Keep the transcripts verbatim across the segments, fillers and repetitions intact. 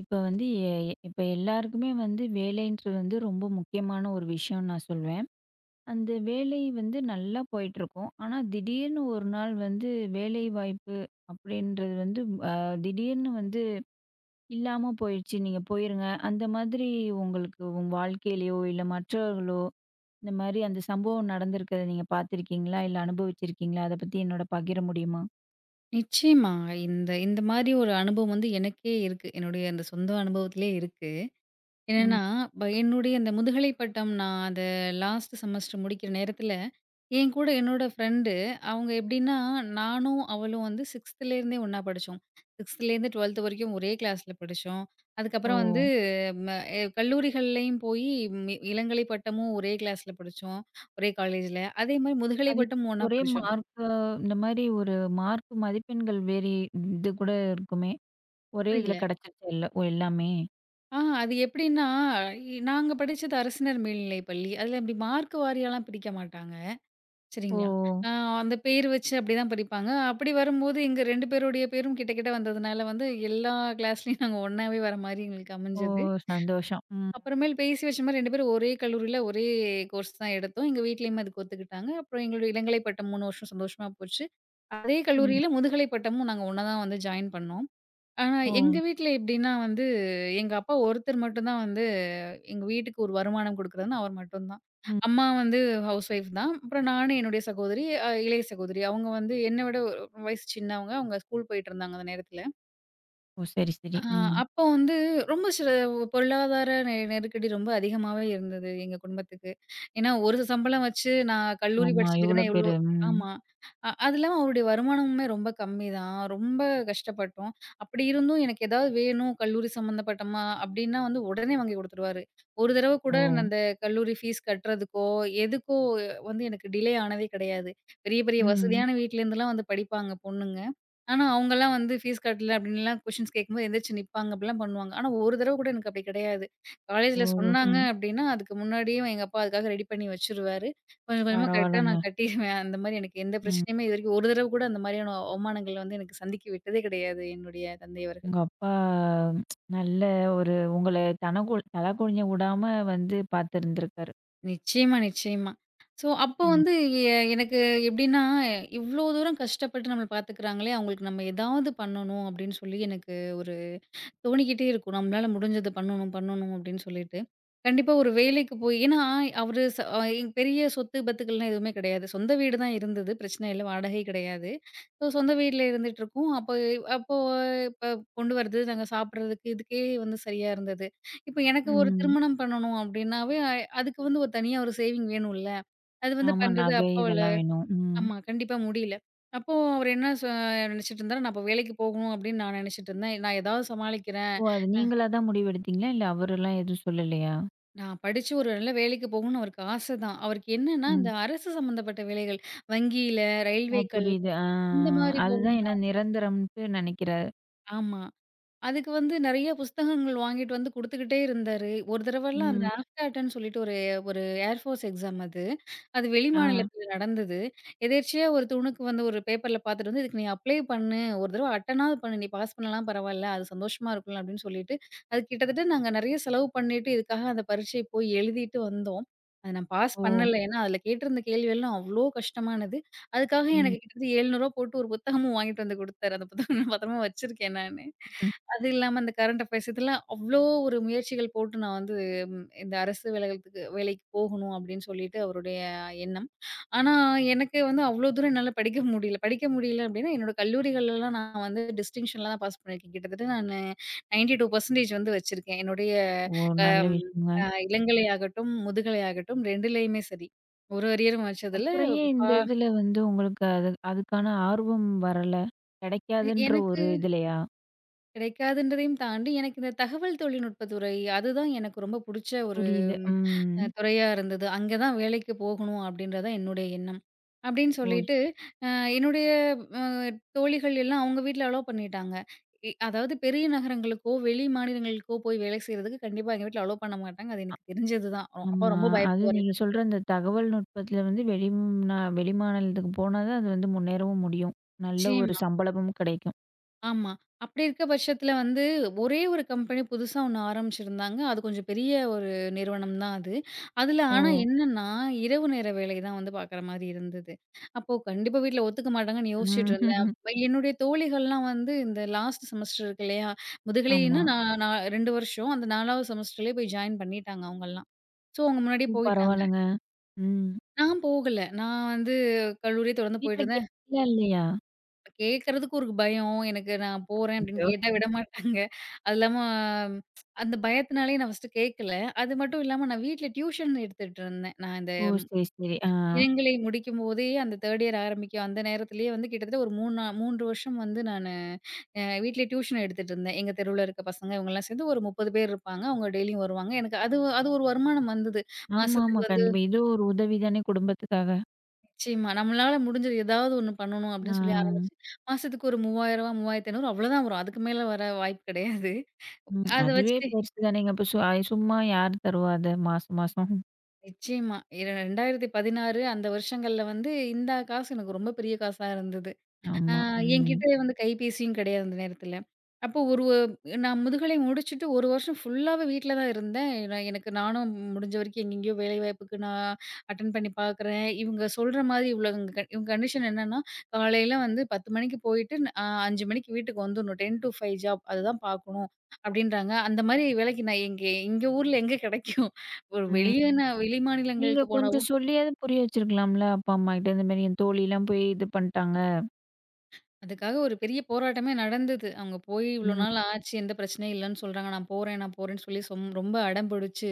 இப்ப வந்து எ இப்ப எல்லாருக்குமே வந்து வேலைன்றது வந்து ரொம்ப முக்கியமான ஒரு விஷயம்னு நான் சொல்வேன். அந்த வேலை வந்து நல்லா போயிட்டுருக்கும். ஆனா திடீர்னு ஒரு நாள் வந்து வேலை வாய்ப்பு அப்படின்றது வந்து அ திடீர்னு வந்து இல்லாம போயிடுச்சு. நீங்க போயிருங்க. அந்த மாதிரி உங்களுக்கு உங்க வாழ்க்கையிலயோ, இல்ல மற்றவர்களோ இந்த மாரி அந்த சம்பவம் நடந்திருக்கிறத நீங்க பார்த்துருக்கீங்களா? இல்ல அனுபவிச்சிருக்கீங்களா? அத பத்தி என்னோட பகிர முடியுமா? நிச்சயமா. இந்த இந்த மாரி ஒரு அனுபவம் வந்து எனக்கே இருக்கு. என்னுடைய அந்த சொந்த அனுபவத்திலே இருக்கு. ம். என்னன்னா, ப என்னுடைய அந்த முதுகலை பட்டம் நான் அத லாஸ்ட் செமஸ்டர் முடிக்கிற நேரத்தில, என் கூட என்னோட ஃப்ரெண்டு அவங்க எப்படின்னா, நானும் அவளும் வந்து 6த்துலேருந்தே ஒண்ணா படிச்சோம். 6த்துலேருந்து 12த் வரைக்கும் ஒரே கிளாஸ்ல படிச்சோம். ஓ! அதுக்கப்புறம் வந்து ம எ கல்லூரிகள்லயும் போய் மி இளங்கலை பட்டமும் ஒரே கிளாஸ்ல படிச்சோம். ஒரே காலேஜ்ல. அதே மாரி முதுகலை அது பட்டமும் ஒண்ணா ஒரே படிச்சோம். மார்க்கு இந்த மாதிரி ஒரு மார்க் மதிப்பெண்கள் வேறி இது கூட இருக்குமே. ஒரே இதுல புரியல. கிடைச்சிருச்சு எல்ல ஓ எல்லாமே. ஆ அது எப்படின்னா, இ நாங்க படிச்சது அரசினர் மேல்நிலைப் பள்ளி. அதுல அப்படி மார்க் வாரியாலாம் பிரிக்க மாட்டாங்க. ஓ! சரிங்களா? ஆ அந்த பேர் வச்சு அப்படிதான் பிரிப்பாங்க. அப்படி வரும்போது எங்க ரெண்டு பேருடைய பேரும் கிட்ட கிட்ட வந்ததுனால வந்து எல்லா கிளாஸ்லயும் நாங்க ஒண்ணாவே வர மாரி எங்களுக்கு ஓ! அமைஞ்சது. சந்தோஷம். ம். அப்புறமேல் பேசி வச்ச மாரி ரெண்டு பேரும் ஒரே கல்லூரியில ஒரே கோர்ஸ் தான் எடுத்தோம். எங்க வீட்லயும் அதுக்கு ஒத்துக்கிட்டாங்க. அப்புறம் எங்களுடைய இளங்கலை பட்டம் மூணு வருஷம் சந்தோஷமா போச்சு. அதே ம். கல்லூரியில முதுகலை பட்டமும் நாங்க ஒண்ணா தான் வந்து ஜாயின் பண்ணோம். ஆனா ஓ! எங்க வீட்ல எப்படின்னா வந்து, எங்க அப்பா ஒருத்தர் மட்டும் தான் வந்து எங்க வீட்டுக்கு ஒரு வருமானம் குடுக்குறதுன்னா அவர் மட்டும்தான். ம். அம்மா வந்து ஹவுஸ் ஒய்ஃப் தான். அப்புறம் நானு, என்னுடைய சகோதரி, அ இளைய சகோதரி. அவங்க வந்து என்ன விட ஒரு வயசு சின்னவங்க. அவங்க ஸ்கூல் போயிட்டுருந்தாங்க அந்த நேரத்துல. ஓ! சரி, சரி. ஆ ம். அப்போ வந்து ரொம்ப சில பொருளாதார நெ நெருக்கடி ரொம்ப அதிகமாவே இருந்தது எங்க குடும்பத்துக்கு. ஏன்னா, ஒரு சம்பளம் வச்சு நான் கல்லூரி ஆமா. படிச்சதுக்குன்னா இவ்ளோ எவ்ளோ பேரு. ம். ஆமா. அ அது இல்லாம அவருடைய வருமானமுமே ரொம்ப கம்மி தான். ரொம்ப கஷ்டப்பட்டோம். அப்படி இருந்தும் எனக்கு ஏதாவது வேணும் கல்லூரி சம்மந்தப்பட்டமா அப்படின்னா வந்து உடனே வாங்கி குடுத்துருவாரு. ஒரு தடவ கூட ஓ! நான் அந்த கல்லூரி ஃபீஸ் கட்டுறதுக்கோ, எதுக்கோ வந்து எனக்கு டிலே ஆனதே கிடையாது. பெரிய பெரிய ம். வசதியான வீட்லேருந்துலாம் வந்து படிப்பாங்க பொண்ணுங்க. ஆனா, அவங்கலாம் வந்து ஃபீஸ் கட்டல அப்டின்லாம் கொஸ்டின்ஸ் கேட்கும்போது எந்திரிச்சு நிப்பாங்க. அப்டிலாம் பண்ணுவாங்க. ஆனா, ஒரு தடவ கூட எனக்கு அப்டி கிடையாது. காலேஜ்ல ஓ! சொன்னாங்க ம். அப்டின்னா, அதுக்கு முன்னாடியே எங்க அப்பா அதுக்காக ரெடி பண்ணி வச்சுருவாரு. கொஞ்சம் கொஞ்சமா கரெக்ட்டா நான் பரவால்லங்க. கட்டிருவேன். அந்த மாரி எனக்கு எந்த ம். பிரச்சனையுமே இதுவரைக்கும் ஒரு தடவ கூட அந்த மாரியான அவமானங்கள் வந்து எனக்கு சந்திக்க விட்டதே கிடையாது என்னுடைய தந்தை அவர்கள். உங்க அப்பா நல்ல ஒரு உங்கள தனக்குள் தலகுனிய விடாம வந்து பார்த்துருந்துருக்காரு. நிச்சயமா, நிச்சயமா. ஸோ, அப்போ ம். வந்து எ எனக்கு எப்டின்னா, இவ்ளோ தூரம் கஷ்டப்பட்டு நம்மள பார்த்துக்கிறாங்களே, அவங்களுக்கு நம்ம ஏதாவது பண்ணணும் அப்டின்னு சொல்லி எனக்கு ஒரு தோணிக்கிட்டே இருக்கும். நம்மளால முடிஞ்சத பண்ணணும், பண்ணணும் அப்படின்னு சொல்லிட்டு. கண்டிப்பா ஒரு வேலைக்கு போய் ஏன்னா அவரு ச அ இங்க பெரிய சொத்து, பத்துக்கள்லாம் எதுவுமே கிடையாது. சொந்த வீடு தான் இருந்தது. பிரச்சனை இல்ல. வாடகை கிடையாது. ஸோ சொந்த வீட்ல இருந்துட்டுருக்கோம். அப்போ அப்போ இப்ப கொண்டு வரது, நாங்க சாப்பிடுறதுக்கு இதுக்கே வந்து சரியா இருந்தது. இப்ப எனக்கு ஒரு ம். திருமணம் பண்ணணும் அப்படின்னாவே, அ அதுக்கு வந்து ஒரு தனியா ஒரு சேவிங் வேணும்ல. அது வந்து ஆமா. பண்றது நகை அப்பாவால இதெல்லாம் வேணும். ம். ஆமா. கண்டிப்பா முடியல. அப்போ அவரு என்ன சொ நெனச்சுட்டு இருந்தாரு, நான் அப்ப வேலைக்கு போகணும் அப்படின்னு நான் நெனச்சுட்டு இருந்தேன். நான் ஏதாவது சமாளிக்கிறேன். ஓ! அது நீங்களா தான் முடிவெடுத்தீங்களா? இல்ல அவரெல்லாம் எதுவும் சொல்லலையா? நான் படிச்சு ஒரு நல்ல வேலைக்கு போகணும்னு அவருக்கு ஆசை தான். அவருக்கு என்னன்னா, இந்த ம். அரசு சம்மந்தப்பட்ட வேலைகள். வங்கியில, ஓ! ரயில்வேக்கள் புரியுது. ஆ, இந்த மாரி அதுதான் போகணும்னு ஏன்னா நிரந்தரம்ன்ட்டு நினைக்கிறாரு. ஆமா. அதுக்கு வந்து நெறைய புஸ்தகங்கள் வாங்கிட்டு வந்து குடுத்துக்கிட்டே இருந்தாரு. ஒரு தடவலாம் அந்த ம். ம். ஆஃப்காட்ன்னு சொல்லிட்டு ஒரு ஒரு ஏர்ஃபோர்ஸ் எக்ஸாம் அது. அது ஆ. வெளிமாநிலத்தில நடந்தது. எதேர்ச்சியா ஒரு துணுக்கு வந்து ஒரு பேப்பர்ல பார்த்துட்டு வந்து, "இதுக்கு நீ அப்ளை பண்ணு. ஒரு தடவ அட்டென்னாவது பண்ணு. நீ பாஸ் பண்ணலாம் பரவால்ல. அது சந்தோஷமா இருக்கும்ல." அப்படின்னு சொல்லிட்டு, அது கிட்டத்தட்ட நாங்க நெறைய செலவு பண்ணிட்டு இதுக்காக அந்த பரீட்சை போய் எழுதிட்டு வந்தோம். அத நான் பாஸ் ஓ! பண்ணல. ம். ஏன்னா, அதில கேட்டிருந்த கேள்வியெல்லாம் அவ்ளோ கஷ்டமானது. அதுக்காக எனக்கு ம். கிட்டத்தட்ட ரூ. எழுநூறு போட்டு ஒரு புத்தகமும் வாங்கிட்டு வந்து குடுத்தாரு. அந்த புத்தகம் நான் பத்திரமா வச்சிருக்கேன் நானு. ம். அது இல்லாம அந்த கரண்ட் அஃபேர்ஸ் இதெல்லாம் அவ்ளோ ஒரு முயற்சிகள் போட்டு நான் வந்து ம், இந்த அரசு வேலைகளுக்கு வேலைக்கு போகணும் அப்படின்னு சொல்லிட்டு அவருடைய எண்ணம். ஆனா எனக்கு வந்து அவ்ளோ தூரம் என்னால படிக்க முடியல. படிக்க முடியல அப்படின்னா என்னோட கல்லூரிகள்லலாம் நான் வந்து டிஸ்டிங்ஷன்ல தான் பாஸ் பண்ணியிருக்கேன். கிட்டத்தட்ட நானு தொண்ணூற்று இரண்டு சதவீதம் வந்து வச்சிருக்கேன். என்னுடைய ஓ! நல்ல அம், விஷயங்க. அ இளங்கலை ஆகட்டும், முதுகலை ஆகட்டும் 2லயுமே சரி. ஒரு அரியரும் வச்சதில்ல. அப்புறம் ஏன் பா இந்த இதுல வந்து உங்களுக்கு அது அதுக்கான ஆர்வம் வரல? கிடைக்காதுன்ற எனக்கு ஒரு இதுலயா? கிடைக்காதுன்றதையும் தாண்டி, எனக்கு இந்த தகவல் தொழில்நுட்ப துறை, அதுதான் எனக்கு ரொம்ப புடிச்ச ஒரு புரியுது. ம். அ துறையா இருந்தது. அங்க தான் வேலைக்கு போகணும் அப்டின்றது தான் என்னுடைய எண்ணம். அப்டின்னு ஓ! சொல்லிட்டு, அ என்னுடைய அ தோழிகள் எல்லாம் அவங்க வீட்ல அலோவ் பண்ணிட்டாங்க. இ அதாவது பெரிய நகரங்களுக்கோ, வெளி மாநிலங்களுக்கோ போய் வேலை செய்றதுக்கு கண்டிப்பா எங்க வீட்ல அலோவ் பண்ண மாட்டாங்க. அது எனக்கு தெரிஞ்சது தான். அ அப்பா ஆமா. ரொம்ப அதுவும் பயப்படுவாரு. நீங்க சொல்ற இந்த தகவல் நுட்பத்துல வந்து வெளிம்நா வெளிமாநிலத்துக்கு போனா தான் அது வந்து முன்னேறவும் முடியும். நல்ல ஒரு நிச்சயமா. சம்பளமும் கிடைக்கும். ஆமா. அப்படி இருக்க பட்சத்தில வந்து ஒரே ஒரு கம்பெனி புதுசா ஒண்ணு ஆரம்பிச்சிருந்தாங்க. அது கொஞ்சம் பெரிய ஒரு நிறுவனம் தான் அது. அதில ஓ! ஆனா என்னன்னா, இரவு நேர வேலை தான் வந்து பார்க்குற மாரி இருந்தது. அப்போ கண்டிப்பா வீட்ல ஒத்துக்க மாட்டாங்கன்னு யோசிச்சுட்டு ம். இருந்தேன். அப்ப என்னுடைய தோழிகள்லாம் வந்து இந்த லாஸ்ட் செமஸ்டர் இருக்கு இல்லையா? முதுகலைன்னா ஆமா. நான் நான் ரெண்டு வருஷம். அந்த நாலாவது செமஸ்டர்லேயே போய் ஜாயின் பண்ணிட்டாங்க அவங்கலாம். ஸோ அவங்க முன்னாடியே ம். போயிட்டாங்க. பரவால்லங்க. ம். நான் போகல. நான் வந்து கல்லூரிய தொடர்ந்து வீட்ல போயிட்டு இருந்தேன். கேட்டீங்களா இல்லையா? கேட்கறதுக்கு ஒரு பயம். எனக்கு நான் போறேன் அப்டின்னு அச்சோ! கேட்டா விடமாட்டாங்க. அது இல்லாம ம், அந்த பயத்தினாலேயே நான் ஃபர்ஸ்ட்டு கேட்கல. அது மட்டும் இல்லாம நான் வீட்ல டியூஷன் எடுத்துட்டு இருந்தேன். நான் இந்த ஓ! சரி, சரி. ஆ. இளங்கலை முடிக்கும்போதே அந்த மூன்றாம் இயர் ஆரம்பிக்கும் அந்த நேரத்திலேயே வந்து கிட்டத்தட்ட ஒரு மூணு நா மூணு வருஷம் வந்து நானு அ வீட்ல டியூஷன் எடுத்துட்டு இருந்தேன். எங்க தெருவுல இருக்க பசங்க இவங்கலாம் சேர்ந்து ஒரு முப்பது பேர் இருப்பாங்க. அவங்க டெய்லியும் வருவாங்க. எனக்கு அது அது ஒரு வருமானம் வந்தது. ஆமாமா. மாசத்துக்கு வந்து கண்டிப்பா. இது ஒரு உதவி தானே குடும்பத்துக்காக. நிச்சயமா. நம்மளால முடிஞ்சது ஏதாவது ஒண்ணு பண்ணணும் அப்படின்னு சொல்லி ஆ. ஆரம்பிச்சு, மாசத்துக்கு ஒரு ரூ. மூவாயிரம் ரூ. மூவாயிரத்து ஐநூறு அவ்வளோதான் வரும். அதுக்கு மேல வர வாய்ப்பு கிடையாது. ம். அத கண்டிப்பா. அதுவே வச்சுட்டு பெருசு தானேங்க. இப்ப சு சும்மா யார் தருவா அத மாசம், மாசம். நிச்சயமா. இர இரண்டாயிரத்து பதினாறு அந்த வருஷங்கள்ல வந்து இந்த காசு எனக்கு ரொம்ப பெரிய காசா இருந்தது. ஆ ஆமா. ம். என்கிட்ட வந்து கைபேசியும் கிடையாது அந்த நேரத்துல. அப்போ ஒரு ஒ- நான் முதுகலை முடிச்சுட்டு ஒரு வருஷம் ஃபுல்லாவே வீட்ல தான் இருந்தேன். நான் எனக்கு நானும் முடிஞ்ச வரைக்கும் எங்கெங்கேயோ வேலைவாய்ப்புக்கு நான் அட்டெண்ட் பண்ணி பார்க்குறேன். இவங்க சொல்ற மாதிரி இவ்ளோ இவங்க கண்டிஷன் என்னன்னா, காலையில வந்து பத்து மணிக்கு போயிட்டு அ அஞ்சு மணிக்கு வீட்டுக்கு வந்துடணும். பத்து to அஞ்சு ஜாப் அதுதான் பார்க்கணும் அப்படின்றாங்க. அந்த மாதிரி வேலைக்கு நான் எங்க எங்க ஊர்ல எங்க கிடைக்கும்? ஒரு ம். வெளிய நான் வெளி நீங்க மாநிலங்களுக்கு போன கொஞ்சம் சொல்லியாவது புரிய வச்சிருக்கலாம்ல, அப்பா, அம்மாகிட்ட. இந்த மாரி என் தோழிலாம் போய் இது பண்ட்டாங்க. அதுக்காக ஒரு பெரிய போராட்டமே நடந்தது. அவங்க போய் இவ்ளோ ம். நாள் ம். ஆச்சு, எந்த பிரச்சனையும் இல்லன்னு சொல்றாங்க. நான் போறேன், நான் போறேன்னு சொல்லி சொம் ரொம்ப அடம் பிடிச்சு,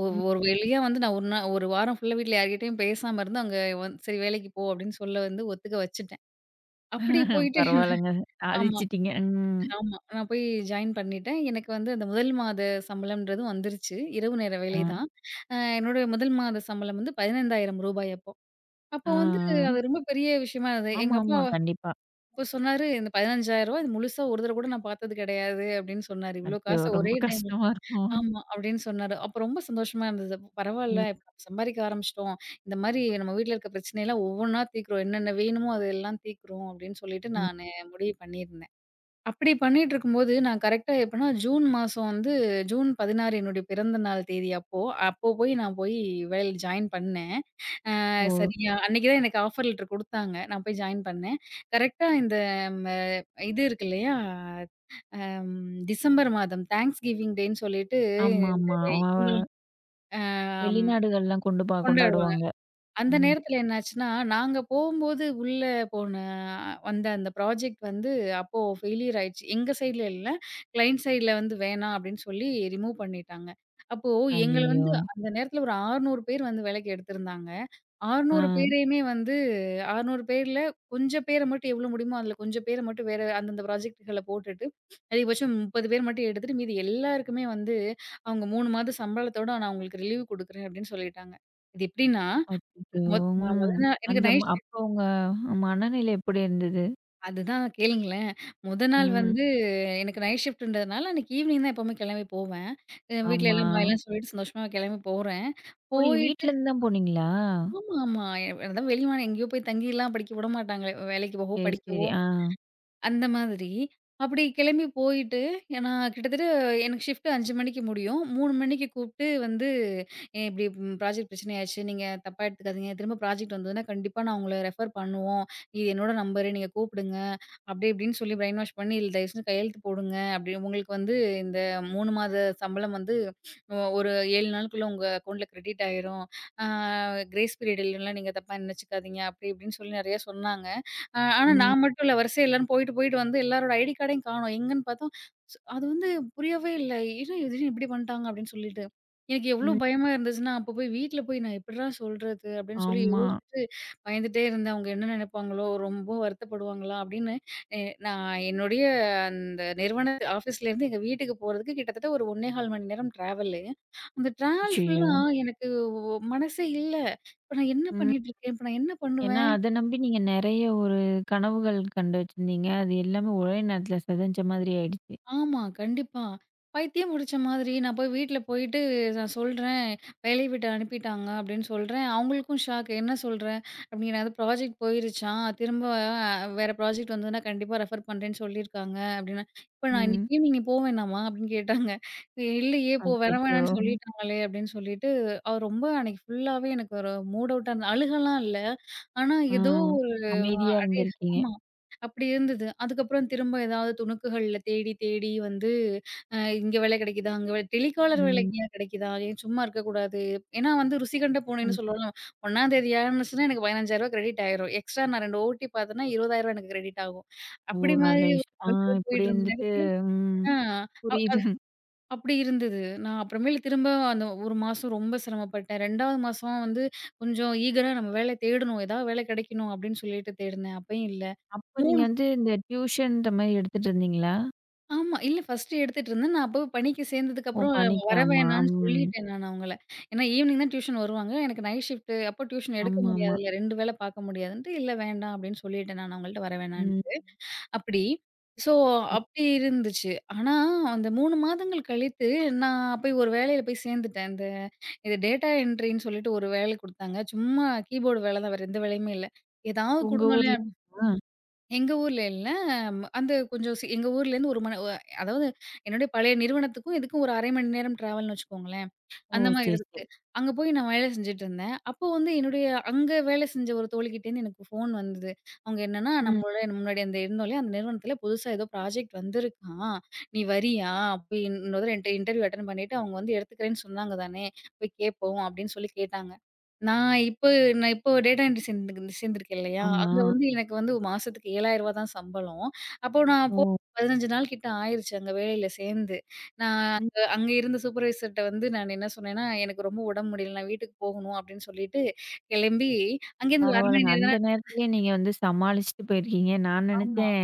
ஒ ஒரு ம். வழியா வந்து நான் ஒரு நா ஒரு வாரம் ஃபுல்லா வீட்ல யார்கிட்டயும் பேசாம இருந்து, அங்க வந் "சரி வேலைக்கு போ" அப்படின்னு சொல்ல வந்து ஒத்துக்க வச்சுட்டேன். அப்படி போயிட்டு பரவால்லங்க. ஆமா, சாதிச்சிட்டீங்க. ம். ஆமா. நான் போய் ஜாயின் பண்ணிட்டேன். எனக்கு வந்து அந்த முதல் மாத சம்பளம்ன்றதும் வந்துருச்சு. இரவு நேர ஆ. வேலை தான். அ என்னோட முதல் மாத சம்பளம் வந்து ரூ. பதினைந்தாயிரம் அப்போ. அப்போ ஆ. வந்து அது ஆ. ரொம்ப பெரிய விஷயமா இருந்தது. எங்க அப்பா ஆமாமா. கண்டிப்பா. அப்ப சொன்னாரு, "இந்த ரூ. பதினைந்தாயிரம் இது முழுசா ஒரு தடவ கூட நான் பார்த்தது கிடையாது" அப்படின்னு சொன்னாரு. "இவ்ளோ அச்சோ! காச ரொம்ப ஒரே டைம்ல" கஷ்டமா இருக்கும். ஆமா அப்படின்னு சொன்னாரு. அப்ப ரொம்ப சந்தோஷமா இருந்தது. பரவால்ல ம். இப்ப நம்ம சம்பாரிக்க ஆரம்பிச்சுட்டோம். இந்த மாரி நம்ம வீட்ல இருக்க பிரச்சனையெல்லாம் ஒவ்வொன்னா தீர்க்கிறோம். என்னென்ன வேணுமோ அதெல்லாம் தீர்க்கிறோம் அப்படின்னு சொல்லிட்டு ம். நானு முடிவு பண்ணியிருந்தேன். அப்படி பண்ணிட்டு இருக்கும்போது, நான் கரெக்ட்டா எப்பன்னா ஜூன் மாசம் வந்து ஜூன் பதினாறு என்னுடைய பிறந்த நாள் தேதி அப்போ. அப்போ போய் நான் போய் வேலையில ஜாயின் பண்ணேன். ஓ! அது சரியா, அன்னைக்கு தான் எனக்கு ஆஃபர் லெட்டர் குடுத்தாங்க. நான் போய் ஜாயின் பண்ணேன். கரெக்ட்டா இந்த ம இது இருக்கு இல்லையா? அம் டிசம்பர் மாதம் தேங்க்ஸ் கிவிங் டேன்னு சொல்லிட்டு இந்த ஆமாமா. அ இவங்க அம் வெளிநாடுகள்லாம் கொண்டு பா கொண்டாடுவாங்க. கொண்டாடுவாங்க. அந்த ம். நேரத்துல என்னாச்சுன்னா, நாங்க போம்போது உள்ள போன வந்த அந்த ப்ராஜெக்ட் வந்து அப்போ ஃபெயிலியர் ஆயிடுச்சு. எங்க சைடுல இல்ல. கிளையன்ட் சைடுல வந்து வேணாம் அப்படின்னு சொல்லி ரிமூவ் பண்ணிட்டாங்க. அப்போ எங்கள ஐயய்யோ! வந்து அந்த நேரத்துல ஒரு அறுநூறு பேர் வந்து வேலைக்கு எடுத்திருந்தாங்க. ஆ. அறுநூறு பேரையுமே வந்து அறுநூறு பேர்ல கொஞ்சம் பேர மட்டும் எவ்வளோ முடியுமோ அதுல கொஞ்சம் பேர மட்டும் வேற அந்தந்த ப்ராஜெக்ட்கள போட்டுட்டு, அதிகபட்சம் முப்பது பேர் மட்டும் எடுத்துட்டு மீதி எல்லாருக்குமே வந்து அவங்க மூணு மாத சம்பளத்தோட நான் உங்களுக்கு ரிலீவ் குடுக்குறேன் அப்படின்னு சொல்லிட்டாங்க. இது எப்படின்னா அச்சச்சோ! மொத் அ மொத ம். நாள் எனக்கு அந்த ம நைட் ஷிஃப்ட். அப்போ உங்க மனநிலை எப்படி இருந்தது? அதுதான் கேளுங்களேன். மொத நாள் ம். வந்து எனக்கு நைட் ஷிஃப்ட்ன்றதுனால அன்னைக்கு ஈவினிங் தான் எப்பவுமே கிளம்பி போவேன். அ வீட்ல ஆமா. எல்லாம் பாய் எல்லாம் சொல்லிட்டு சந்தோஷமா கிளம்பி போறேன். ஓ! நீங்க போயிட்டு வீட்லருந்து தான் போனீங்களா? ஆமா, ஆமா. அதான் வெளி மாநிலம் எங்கேயோ போய் தங்கிலாம் படிக்க விட மாட்டாங்களே! வேலைக்கு போகவோ! சரி, படிக்கவோ! சரி. ஆ. அந்த மாதிரி. அப்படி கிளம்பி போயிட்டு, நான் கிட்டத்தட்ட எனக்கு ஷிஃப்ட் அஞ்சு மணிக்கு முடியும். மூணு மணிக்கு கூப்பிட்டு வந்து, "ஏன் இப்படி ம் ப்ராஜெக்ட் பிரச்சனை ஆயிருச்சு. நீங்க தப்பா எடுத்துக்காதீங்க. திரும்ப ப்ராஜெக்ட் வந்ததுன்னா, கண்டிப்பா நான் உங்கள ரெஃபர் பண்ணுவோம். இது என்னோட நம்பரு. நீங்க கூப்பிடுங்க." அப்படி இப்படின்னு சொல்லி பிரெயின் வாஷ் பண்ணி, "இதுல தயவுசெஞ்சு கையெழுத்து போடுங்க. அப்படி உங்களுக்கு வந்து இந்த மூணு மாத சம்பளம் வந்து ஒ ஒரு ஏழு நாளுக்குள்ள உங்க அக்கவுண்ட்ல கிரெடிட் ஆயிரும். ஆ கிரேஸ் பீரியட் இல்லைன்னா நீங்க தப்பா நினைச்சுக்காதீங்க." அப்படி இப்படின்னு சொல்லி நெறைய சொன்னாங்க. அ ஆனா ம், நான் மட்டும் இல்ல. வரிசையா எல்லாரும் போயிட்டு, போயிட்டு வந்து எல்லாரோட ஐடி கார்டையும் காணோம். எங்கன்னு பார்த்தோம். ஸ் அது வந்து புரியவே இல்ல. "என்ன திடீர்னு இப்படி பண்ணிட்டாங்க?" அப்படின்னு சொல்லிட்டு. எனக்கு எவ்ளோ ம். பயமா இருந்துச்சுன்னா, அப்ப போய் வீட்ல போய் நான் எப்படிடா சொல்றது? அப்படின்னு சொல்லி ஆமா. யோசிச்சுட்டு பயந்துட்டே இருந்தேன். அவங்க என்ன நெனைப்பாங்களோ? ரொம்ப வருத்தப்படுவாங்களா? அப்படின்னு எ நான் என்னுடைய அந்த நிறுவன ஆஃபீஸ்லேருந்து எங்க வீட்டுக்கு போறதுக்கு கிட்டத்தட்ட ஒரு ஒன்றே கால் மணி நேரம் டிராவலு. அந்த டிராவல் அச்சச்சோ! ஃபுல்லா எனக்கு ஒ மனசே இல்ல. இப்ப நான் என்ன ம். பண்ணிட்டு இருக்கேன்? இப்ப நான் என்ன ஏன்னா பண்ணுவேன்? அத நம்பி நீங்க நெறைய ஒரு கனவுகள் கண்டு வச்சிருந்தீங்க. அது எல்லாமே ஒரே நேரத்துல சிதஞ்ச மாதிரி ஆயிடுச்சு. ஆமா. கண்டிப்பா. பைத்தியம் புடிச்ச மாதிரி நான் போய் வீட்ல போயிட்டு நான் சொல்றேன், "வேலைய விட்டு அனுப்பிட்டாங்க" அப்படின்னு சொல்றேன். அவங்களுக்கும் ஷாக். "என்ன சொல்ற?" அப்படிங்கிற "அது ப்ராஜெக்ட் போயிருச்சாம். திரும்ப அஹ், வேற ப்ராஜெக்ட் வந்ததுன்னா கண்டிப்பா ரெஃபர் பண்றேன்னு சொல்லியிருக்காங்க" அப்படின்னா, "இப்ப நான் இன்னைக்கு ம். ஈவினிங் போ வேணாமா?" அப்படின்னு கேட்டாங்க. இ- "இல்லையே! போ வர அச்சச்சோ! வேணாம்ன்னு சொல்லிட்டாங்களே" அப்படின்னு சொல்லிட்டு, அவ ரொம்ப அன்னைக்கு ஃபுல்லாவே எனக்கு ஒரு மூட் அவுட்டா இருந்தது. அழுகலாம் இல்ல. ஆனா ஏதோ ஆ. அமைதியா சர்ப்ரைஸ் இருந்திருக்கீங்க. ஆமா. அப்படி இருந்தது. அதுக்கப்புறம் திரும்ப ஏதாவது துணுக்குகள்ல தேடி, தேடி வந்து அ இங்க வேலை கிடைக்குதா? அங்க வேலை டெலிகாலர் வேலை ம். எங்கேயா கிடைக்குதா? ஏன் சும்மா இருக்கக்கூடாது. ஏன்னா வந்து ருசி கண்ட பூனைன்னு சொல்லுவோம்ல. ஒன்றாம் தேதி ஆரம்பிச்சுன்னா எனக்கு ரூ. பதினையாயிரம் கிரெடிட் ஆயிரும். எக்ஸ்ட்ரா நான் ரெண்டு ஓட்டி பார்த்தேன்னா ரூ. இருபதாயிரம் எனக்கு கிரெடிட் ஆகும். ஓ! அப்படி நல்ல மாதிரி ஒரு விஷயம். ஆ பிரச்சனை இப்படி போயிட்டு இருந்த இருந்துட்டு நேரத்துல ம். ஆ அ புரியுது. அது அப்படி இருந்தது. நான் அப்புறமேலு திரும்ப அந்த ஒரு மாசம் ரொம்ப சிரமப்பட்டேன். ரெண்டாவது மாசம் வந்து கொஞ்சம் ஈகரா நம்ம வேலை தேடணும். ஏதாவது வேலை கிடைக்கணும் அப்படின்னு சொல்லிட்டு தேடினேன். அப்பயும் இல்ல. அப்ப மூணு நீங்க வந்து இந்த டியூஷன்ற மாரி எடுத்துட்டு இருந்தீங்களா? ஆமா. இல்ல ஃபர்ஸ்ட்டு எடுத்துட்டு இருந்தேன். நான் அப்போ பணிக்கு ஓ! சேர்ந்ததுக்கப்புறம் பணிக்கு வர ஆமா. வேணான்னு ம். சொல்லிட்டேன் நான் அவங்கள. ஏன்னா ஈவினிங் தான் டியூஷன் வருவாங்க. எனக்கு நைட் ஷிஃப்ட் அப்போ டியூஷன் எடுக்க ஆமாமா. முடியாதுல்ல. ரெண்டு வேள பார்க்க முடியாதுன்ட்டு, "இல்ல வேண்டாம்" அப்படின்னு சொல்லிட்டேன் நான் அவங்கள்ட்ட வர ம். வேணான்ட்டு. அப்படி. ஸோ அ அப்படி இருந்துச்சு. ஆனா அந்த மூணு மாதங்கள் கழித்து நான் போய் ஒரு வேலையில போய் சேர்ந்துட்டேன். இந்த இது டேட்டா என்ட்ரின்னு சொல்லிட்டு ஒரு வேலை குடுத்தாங்க. சும்மா கீபோர்டு வேல தான், வேற எந்த வேலையுமே இல்ல. "ஏதாவது உங்க குடுங்க ஊர்லயா? எங்க ஊர்ல இல்ல. ம் அந்த கொஞ்சம் சி எங்க ஊர்லேருந்து ஒரு மணி அதாவது என்னுடைய பழைய நிறுவனத்துக்கும் இதுக்கும் ஒரு அரை மணி நேரம் ட்ராவல்ன்னு வச்சுக்கோங்களேன். ஓ! அந்த மாரி சரி, சரி. இருக்கு. அங்க போய் நான் வேலை செஞ்சுட்டுருந்தேன். அப்போ வந்து என்னுடைய அங்க வேலை செஞ்ச ஒரு தோழிகிட்டேருந்து எனக்கு ஃபோன் வந்தது. அவங்க என்னன்னா, ம். நம்மளோட முன்னாடி அந்த இருந்தோம் இல்லையா, அந்த நிறுவனத்தில புதுசா ஏதோ ப்ராஜெக்ட் வந்திருக்காம். நீ வரியா? போய் இன்னொரு தடவ இன்ட இன்டர்வியூ அட்டெண்ட் பண்ணிட்டு அவங்க வந்து எடுத்துக்கிறேன்னு சொன்னாங்க தானே, போய் கேட்போம் அப்படின்னு சொல்லி கேட்டாங்க. நான் இப்போ நான் இப்போ டேட்டா என்ட்ரி சேர்ந்து சேர்ந்திருக்கேன் இல்லையா, ஆமா. அங்க வந்து எனக்கு வந்து ஒரு மாசத்துக்கு ரூ. ஏழாயிரம் தான் சம்பளம். அப்போ நான் போ ஓ! பதினைஞ்சு நாள் கிட்ட ஆயிருச்சு அங்க வேலையில சேர்ந்து. நான் ம். அ அங்க இருந்த சூப்பர்வைசர்ட்ட வந்து நான் என்ன சொன்னேன்னா, "எனக்கு ரொம்ப உடம்பு முடியல. நான் வீட்டுக்கு போகணும்." அப்படின்னு சொல்லிட்டு, கிளம்பி அங்கேருந்து ஒரு அரை மணி பரவால்லங்க. நேரம் அந்த தான். நேரத்திலயே நீங்க வந்து சமாளிச்சுட்டு போயிருக்கீங்க. நான் ஆமா. நெனச்சேன்,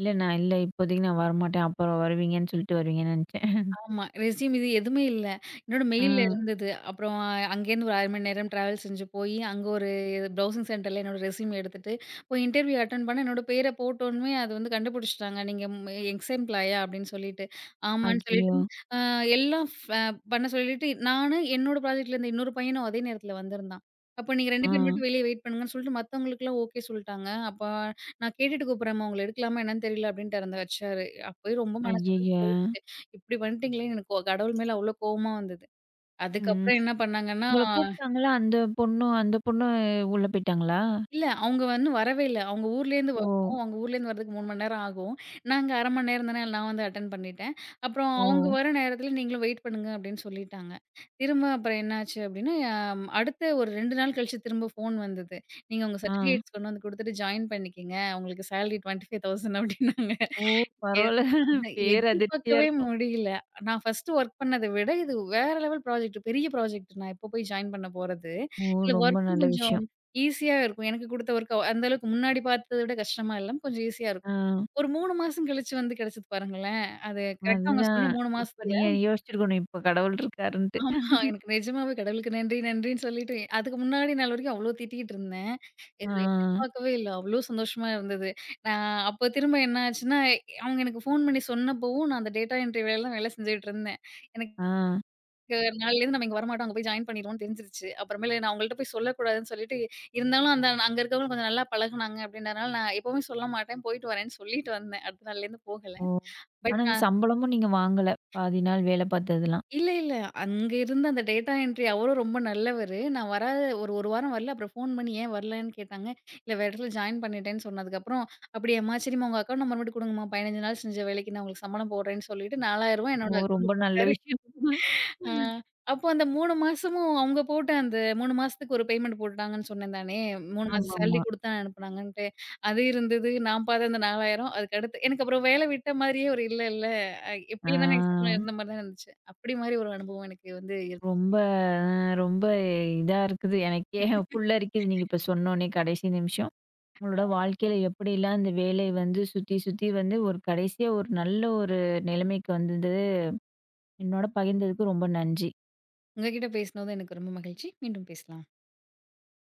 இல்ல நான் இல்ல இப்போதைக்கு நான் வரமாட்டேன். அப்புறம் வருவீங்கன்னு சொல்லிட்டு வருவீங்கன்னு நெனச்சேன். ஆமா. ரெஸ்யூம் இது எதுவுமே இல்ல. என்னோட ஆ. மெயில்ல இருந்தது. அப்புறம் அங்கேருந்து ஒரு ஆறு மணி நேரம் டிராவல் செஞ்சு போயி, அங்க ஒரு ப்ரௌசிங் சென்டர்ல என்னோட ரெஸ்யூம் எடுத்துட்டு, போய் இன்டர்வியூ அட்டெண்ட் பண்ண என்னோட பேர போட்டோனமே அது வந்து கண்டுபிடிச்சுட்டாங்க. "நீங்க ம் எக்ஸ் எம்ப்ளாயா?" அப்படின்னு சொல்லிட்டு. ஆமான்னு சொல்லிட்டு, ஐயயோ! அ எல்லாம் ஃப பண்ண சொல்லிட்டு, நானு என்னோட ப்ராஜெக்ட்ல இருந்த இன்னொரு பையனும் அதே நேரத்துல வந்திருந்தான். அப்ப "நீங்க ரெண்டு ஆ. பேர் மட்டும் வெளிய வெயிட் பண்ணுங்கன்னு" சொல்லிட்டு மத்தவங்களுக்கெல்லாம் ஓகே சொல்ட்டாங்க. அப்ப "நான் கேட்டுட்டு கூப்புடுறேன்ம்மா, உங்கள எடுக்கலாமா என்னன்னு தெரியல" அப்படின்ட்டாரு அந்த ஹெச்ஆரு. அப்பயே ரொம்ப மனசு உடைஞ்சு ஐயய்ய! போயிருச்சு. இப்படி பண்ணிட்டீங்களேன்னு எனக்கு ஒ கடவுள் மேல அவ்ளோ கோவமா வந்தது. ம். அதுக்கப்புறம் என்ன பண்ணாங்கன்னா, உங்கள கூப்ட்டாங்களா? அந்த பொண்ணும் அந்த பொண்ணு உள்ள போயிட்டாங்களா? இல்ல அவங்க வந்து வரவே இல்ல. அவங்க ஊர்லேருந்து ஓ! வரணும். அவங்க ஊர்லேருந்து வரதுக்கு மூணு மணி நேரம் ஆகும். நாங்க அரை மணி நேரம் தானே நான் வந்து அட்டெண்ட் பண்ணிட்டேன். அப்புறம் ம். ஓ! அவங்க வர நேரத்தில நீங்களும் வெயிட் பண்ணுங்க அப்படின்னு சொல்லிட்டாங்க. திரும்ப அப்புறம் என்னாச்சு அப்படின்னா, அம் அடுத்த ஒரு ரெண்டு நாள் கழிச்சு திரும்ப ஃபோன் வந்தது. நீங்க உங்க ம். ஆ. சர்டிஃபிகேட்ஸ் கொண்டு வந்து குடுத்துட்டு ஜாயின் பண்ணிக்கங்க. உங்களுக்கு சேலரி இருபத்தி ஐயாயிரம் அப்படின்னாங்க. ஓ! எ பரவால்ல. அத பேரதிர்ச்சியா எதிர்பார்க்கவே இருக்கும். முடியல. நான் ஃபர்ஸ்ட்டு ஒர்க் பண்ணத விட, இது வேற லெவல் ப்ராஜெக்ட். பெரிய ப்ராஜெக்ட் நான் இப்போ போய் ஜாயின் பண்ண போறது. ஓ! இதுல ரொம்ப ஒர்க்கும் நல்ல கொஞ்சம் விஷயம். ஈஸியா இருக்கும். எனக்கு குடுத்த ஒர்க் அந்த அளவுக்கு முன்னாடி பார்த்தத விட கஷ்டமா இல்லாம கொஞ்சம் ஈஸியா இருக்கும். ஆ. ஒரு மூணு மாசம் கழிச்சு வந்து கிடைச்சது பாருங்களேன். அது கரெக்ட்டா அவங்க அதுதான். சொன்ன மூணு இப்ப மாசத்துல நீ யோசிச்சிருக்கணும். இப்ப கடவுள் இருக்காருன்ட்டு. ஆமா. எனக்கு நிஜமாவே கடவுளுக்கு நன்றி, நன்றின்னு சொல்லிட்டு, அதுக்கு முன்னாடி நாள் வரைக்கும் அவ்ளோ திட்டிக்கிட்டு இருந்தேன். இத ஆ. நான் எதிர்பார்க்கவே இல்ல. அவ்ளோ சந்தோஷமா இருந்தது. நான் அப்ப திரும்ப என்ன ஆச்சுன்னா, அவங்க எனக்கு ஃபோன் பண்ணி சொன்னப்பவும் நான் அந்த டேட்டா என்ட்ரி வேலையில தான் வேலை செஞ்சுட்டு இருந்தேன். எனக்கு ஆ. நாளையிலேருந்து நம்ம இங்க வரமாட்டோம். அங்க போய் ஜாயின் பண்ணிருவோம்னு தெரிஞ்சிருச்சு. அப்புறமேலு நான் அவங்கள்ட்ட போய் சொல்லக்கூடாதுன்னு சொல்லிட்டு, இருந்தாலும் அந்த அங்க இருக்கவங்க கொஞ்சம் நல்லா பழகுனாங்க அப்படின்றனால, நான் எப்பவுமே சொல்ல மாட்டேன். போயிட்டு வரேன்னு சொல்லிட்டு வந்தேன். அடுத்த நாள்லேருந்து போகல. ஓ! ஆனா பட் இந்த சம்பளமும் நீங்க வாங்கல. பாதி நாள் வேல பார்த்ததெல்லாம். இல்ல, இல்ல. அங்க இருந்த அந்த டேட்டா என்ட்ரி அவரும் ரொம்ப நல்லவரு. நான் வராத ஒரு 1 வாரம் வரல. அப்புறம் ஃபோன் பண்ணி ஏன் வரலன்னு கேட்டாங்க. இல்ல வேற இடத்துல ஜாயின் பண்ணிட்டேன்னு சொன்னதுக்கப்புறம், அப்படியாம்மா! சரிம்மா உங்க அக்கவுண்ட் நம்பர் மட்டும் குடுங்கம்மா. பதினைஞ்சு நாள் செஞ்ச வேலைக்கு நான் உங்களுக்கு சம்பளம் போடுறேன்னு சொல்லிட்டு ரூ. நாலாயிரம் ஓ! என்னோட ரொம்ப அக்கவுண்ட்ல நல்ல போட்டாரு. விஷயம். ஆ, அப்போ அந்த மூணு மாசமும் அவங்க போட்ட அந்த மூணு மாசத்துக்கு ஒரு பேமெண்ட் போட்டுட்டாங்கன்னு சொன்னேன் தானே. மூணு மாச சேலரி ஆமாமா. குடுத்து அனுப்புனாங்கன்ட்டு. அது இருந்தது. நான் பார்த்த அந்த நாலாயிரம் அதுக்கு அடுத்து எனக்கு அப்புறம் வேலை விட்ட மாதிரியே ஒரு இல்ல இல்ல. அ ஆ. எப்படி இருந்தாலும் எனக்கு சம்பளம் இருந்த மாரி தான் இருந்துச்சு. அப்படி மாரி ஒரு அனுபவம் எனக்கு வந்து இரு ரொம்ப அ ரொம்ப இதா இருக்குது. எனக்கே புல்லரிக்குது நீங்க இப்ப சொன்னோனே கடைசி நிமிஷம். உங்களோட வாழ்க்கையில எப்படிலாம் இந்த வேலை வந்து சுத்தி சுத்தி வந்து ஒரு கடைசியா ஒரு நல்ல ஒரு நிலைமைக்கு வந்தது என்னோட பகிர்ந்ததுக்கு ரொம்ப நன்றி. உங்ககிட்ட பேசினது எனக்கு ரொம்ப மகிழ்ச்சி. மீண்டும் பேசலாம்.